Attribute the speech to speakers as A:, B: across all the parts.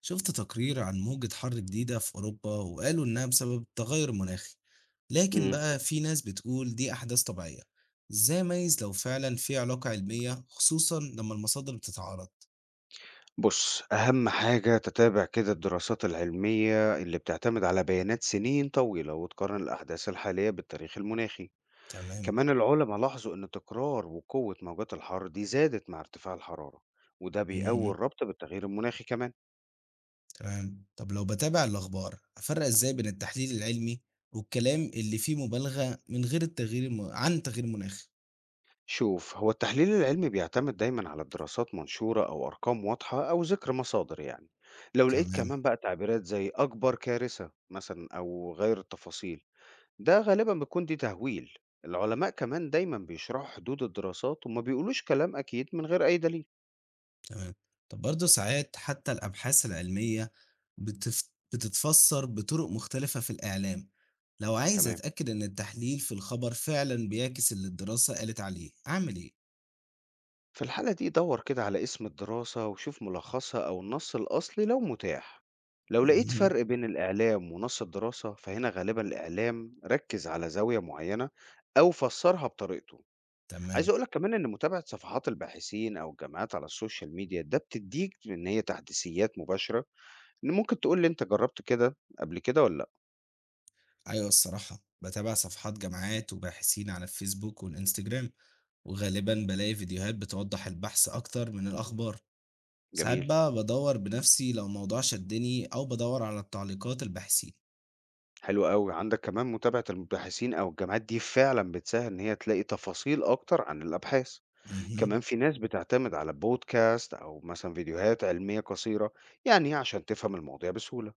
A: شفت تقرير عن موجة حر جديدة في أوروبا وقالوا إنها بسبب التغير المناخي، لكن
B: إمم.
A: بقى في ناس بتقول دي أحداث طبيعية. إزاي أميز لو فعلا في علاقة علمية، خصوصا لما المصادر بتتعارض؟
B: بُص، أهم حاجة تتابع كده الدراسات العلمية اللي بتعتمد على بيانات سنين طويلة وتقارن الأحداث الحالية بالتاريخ المناخي.
A: تمام.
B: كمان العلما لاحظوا إن تكرار وقوة موجات الحر دي زادت مع ارتفاع الحرارة، وده بيقوي
A: مهم.
B: الربط بالتغيير المناخي كمان.
A: تمام. طب لو بتابع الأخبار أفرق إزاي بين التحليل العلمي والكلام اللي فيه مبالغة من غير التغيير الم... عن التغيير المناخي؟
B: شوف، هو التحليل العلمي بيعتمد دايمًا على دراسات منشورة أو أرقام واضحة أو ذكر مصادر يعني. لو لقيت
A: تمام.
B: كمان بقى تعبيرات زي أكبر كارثة مثلًا أو غير التفاصيل، ده غالبا بيكون دي تهويل. العلماء كمان دايما بيشرحوا حدود الدراسات وما بيقولوش كلام أكيد من غير أي دليل.
A: تمام. طب برضه ساعات حتى الأبحاث العلمية بتتفسر بطرق مختلفة في الإعلام. لو عايز
B: تمام،
A: أتأكد إن التحليل في الخبر فعلا بيعكس اللي الدراسة قالت عليه أعمل إيه؟
B: في الحالة دي دور كده على اسم الدراسة وشوف ملخصها أو النص الأصلي لو متاح. لو لقيت
A: مهم.
B: فرق بين الإعلام ونص الدراسة فهنا غالبا الإعلام ركز على زاوية معينة أو فسرها بطريقته. عايز
A: تمام.
B: أقولك كمان إن متابعة صفحات الباحثين أو الجامعات على السوشيال ميديا ده بتديك إن هي تحديثيات مباشرة. إن ممكن تقول لي أنت جربت كده قبل كده ولا لأ؟
A: أيوة الصراحة بتابع صفحات جامعات وباحثين على الفيسبوك والإنستجرام، وغالبا بلاقي فيديوهات بتوضح البحث أكتر من الأخبار. ساعات
B: جميل،
A: بقى بدور بنفسي لو موضوع شدني أو بدور على تعليقات الباحثين.
B: حلو أوي، عندك كمان متابعة المباحثين أو الجامعات دي فعلًا بتسهل إن هي تلاقي تفاصيل أكتر عن الأبحاث،
A: مهم.
B: كمان في ناس بتعتمد على بودكاست أو مثلًا فيديوهات علمية قصيرة، يعني عشان تفهم المواضيع بسهولة.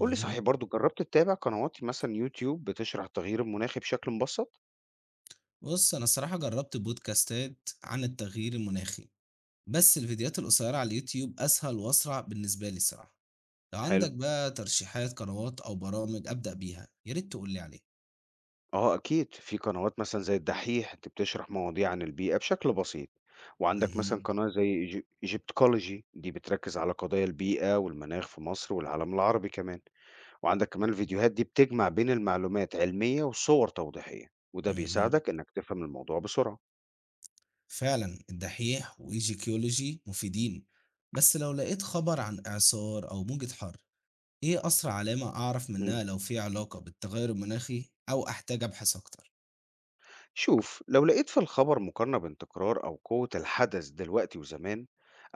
B: قُل لي صحيح برضه جرّبت تتابع قنوات مثلًا يوتيوب بتشرح التغيير المناخي بشكل مبسط؟
A: بص أنا الصراحة جربت بودكاستات عن التغيير المناخي، بس الفيديوهات القصيرة على اليوتيوب أسهل وأسرع بالنسبة لي الصراحة. لو
B: حلو،
A: عندك بقى ترشيحات قنوات أو برامج أبدأ بيها يا ريت تقول لي عليها.
B: آه أكيد، في قنوات مثلًا زي الدحيح دي بتشرح مواضيع عن البيئة بشكل بسيط، وعندك مثلًا
A: مهم.
B: قناة زي Egyptology دي بتركز على قضايا البيئة والمناخ في مصر والعالم العربي كمان. وعندك كمان الفيديوهات دي بتجمع بين المعلومات علمية وصور توضيحية، وده
A: مهم.
B: بيساعدك إنك تفهم الموضوع بسرعة.
A: فعلا الدحيح وإيجيكيولوجي مفيدين. بس لو لقيت خبر عن إعصار أو موجة حر، إيه أسرع علامة أعرف
B: مم.
A: منها لو في علاقة بالتغير المناخي أو أحتاج أبحث أكتر؟
B: شوف، لو لقيت في الخبر مقارنة بين تكرار أو قوة الحدث دلوقتي وزمان،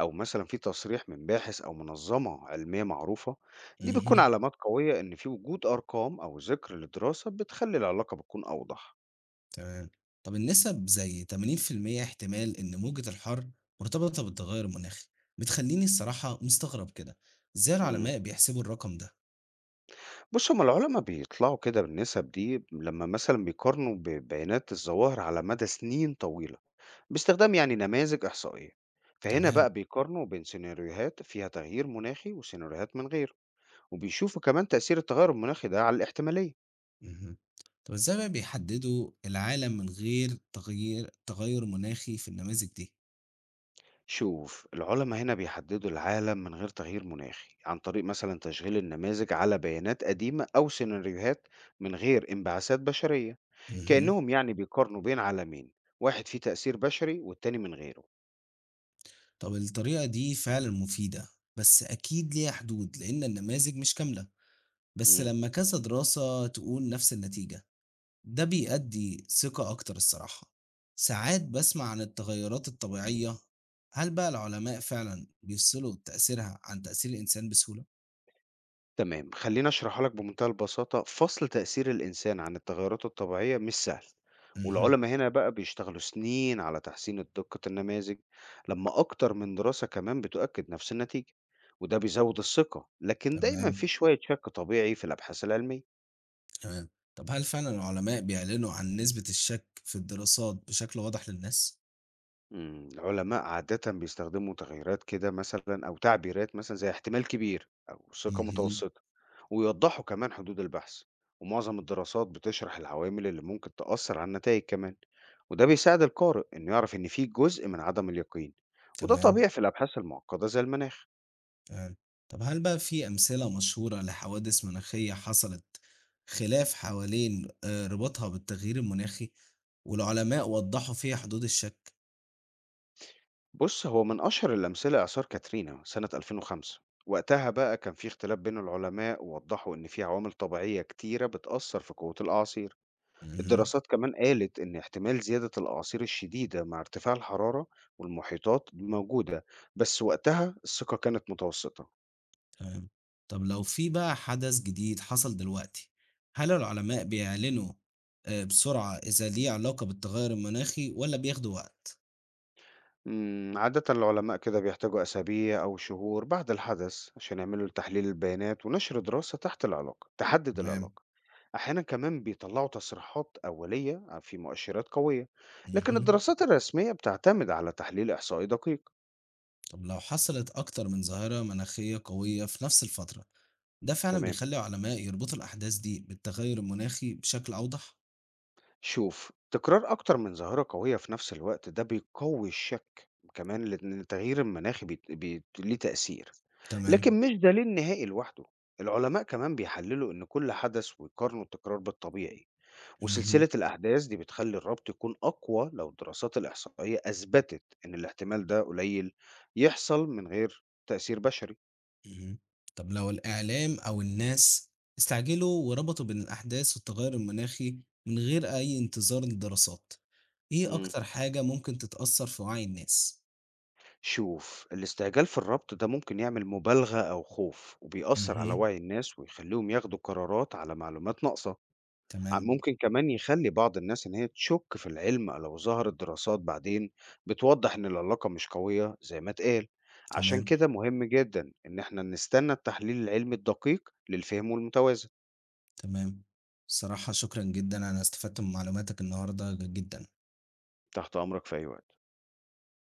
B: أو مثلا في تصريح من باحث أو منظمة علمية معروفة، دي بتكون
A: مهم.
B: علامات قوية إن في وجود أرقام أو ذكر للدراسة بتخلي العلاقة بتكون أوضح.
A: تمام. طب النسب زي 80% احتمال إن موجة الحر مرتبطة بالتغير المناخي بتخلّيني الصراحة مستغرب كده. إزاي
B: مم.
A: العلماء بيحسبوا الرقم ده؟
B: بص، هما العلماء بيطلعوا كده بالنسب دي لما مثلا بيقارنوا ببيانات الظواهر على مدى سنين طويلة باستخدام يعني نماذج إحصائية. فهنا بقى
A: تمام.
B: بيقارنوا بين سيناريوهات فيها تغيير مناخي وسيناريوهات من غير، وبيشوفوا كمان تأثير التغير المناخي ده على الاحتمالية.
A: اهم. طب إزاي بقى بيحددوا العالم من غير تغير مناخي في النماذج دي؟
B: شوف، العلماء هنا بيحددوا العالم من غير تغيير مناخي عن طريق مثلا تشغيل النماذج على بيانات قديمة أو سيناريوهات من غير انبعاثات بشرية.
A: اهم.
B: كأنهم يعني بيقارنوا بين عالمين، واحد فيه تأثير بشري والتاني من غيره.
A: طب الطريقة دي فعلًا مفيدة، بس أكيد ليها حدود لأن النماذج مش كاملة، بس
B: مم.
A: لمّا كذا دراسة تقول نفس النتيجة، ده بيأدي ثقة أكتر الصراحة. ساعات بسمع عن التغيرات الطبيعية. هل بقى العلماء فعلا بيفصلوا تأثيرها عن تأثير الإنسان بسهولة؟
B: تمام، خليني اشرحها لك بمنتهى البساطة، فصل تأثير الإنسان عن التغيرات الطبيعية مش سهل.
A: مهم.
B: والعلماء هنا بقى بيشتغلوا سنين على تحسين دقة النماذج، لما أكتر من دراسة كمان بتؤكد نفس النتيجة، وده بيزود الثقة، لكن دايما في
A: تمام.
B: شوية شك طبيعي في الأبحاث العلمية.
A: تمام. طب هل فعلا العلماء بيعلنوا عن نسبة الشك في الدراسات بشكل واضح للناس؟
B: مم، العلماء عادة بيستخدموا تغيرات كده مثلا أو تعبيرات مثلا زي احتمال كبير أو ثقة
A: مهم.
B: متوسطة، ويوضحوا كمان حدود البحث. ومعظم الدراسات بتشرح العوامل اللي ممكن تأثر على النتائج كمان، وده بيساعد القارئ إنه يعرف إن فيه جزء من عدم اليقين. وده
A: تمام.
B: طبيعي في الأبحاث المعقدة زي المناخ.
A: تمام. طب هل بقى في أمثلة مشهورة لحوادث مناخية حصلت خلاف حوالين ربطها بالتغيير المناخي والعلماء وضحوا فيها حدود الشك؟
B: بص، هو من أشهر الأمثلة إعصار كاترينا سنة 2005. وقتها بقى كان في اختلاف بين العلماء، ووضحوا إن في عوامل طبيعية كتيرة بتأثر في قوة الأعاصير.
A: مهم.
B: الدراسات كمان قالت إن احتمال زيادة الأعاصير الشديدة مع ارتفاع الحرارة والمحيطات موجودة، بس وقتها الثقة كانت متوسطة.
A: تمام. طب لو في بقى حدث جديد حصل دلوقتي، هل العلماء بيعلنوا بسرعة إذا ليه علاقة بالتغير المناخي ولا بياخدوا وقت؟
B: إمم، عادةً العلماء كده بيحتاجوا أسابيع أو شهور بعد الحدث عشان يعملوا تحليل البيانات ونشر دراسة تحت العلاقة تحدد
A: تمام.
B: العلاقة، أحيانًا كمان بيطلعوا تصريحات أولية في مؤشرات قوية، لكن
A: مهم.
B: الدراسات الرسمية بتعتمد على تحليل إحصائي دقيق.
A: طب لو حصلت أكتر من ظاهرة مناخية قوية في نفس الفترة، ده فعلا
B: تمام،
A: بيخلي العلماء يربطوا الأحداث دي بالتغير المناخي بشكل أوضح؟
B: شوف، تكرار أكتر من ظاهرة قوية في نفس الوقت ده بيقوي الشك، كمان لأن التغيير المناخي بيت ليه تأثير،
A: تمام.
B: لكن مش دليل نهائي لوحده. العلماء كمان بيحللوا إن كل حدث ويقارنوا التكرار بالطبيعي.
A: مهم.
B: وسلسلة الأحداث دي بتخلي الربط يكون أقوى لو الدراسات الإحصائية أثبتت إن الاحتمال ده قليل يحصل من غير تأثير بشري.
A: اهم. طب لو الإعلام أو الناس استعجلوا وربطوا بين الأحداث والتغير المناخي من غير أي انتظار للدراسات، إيه
B: امم
A: أكتر حاجة ممكن تتأثر في وعي الناس؟
B: شوف، الاستعجال في الربط ده ممكن يعمل مبالغة أو خوف وبيأثر على
A: اهم.
B: وعي الناس ويخليهم ياخدوا قرارات على معلومات ناقصة.
A: تمام.
B: ممكن كمان يخلّي بعض الناس إن هي تشُك في العلم لو ظهرت دراسات بعدين بتوضّح إن العلاقة مش قوية زي ما اتقال، عشان
A: تمام.
B: كده مهم جدًا إن إحنا نستنى التحليل العلمي الدقيق للفهم والمتوازن.
A: تمام. الصراحة شكرًا جدًا، أنا استفدت من معلوماتك النهارده جدًا.
B: تحت أمرك في أي وقت.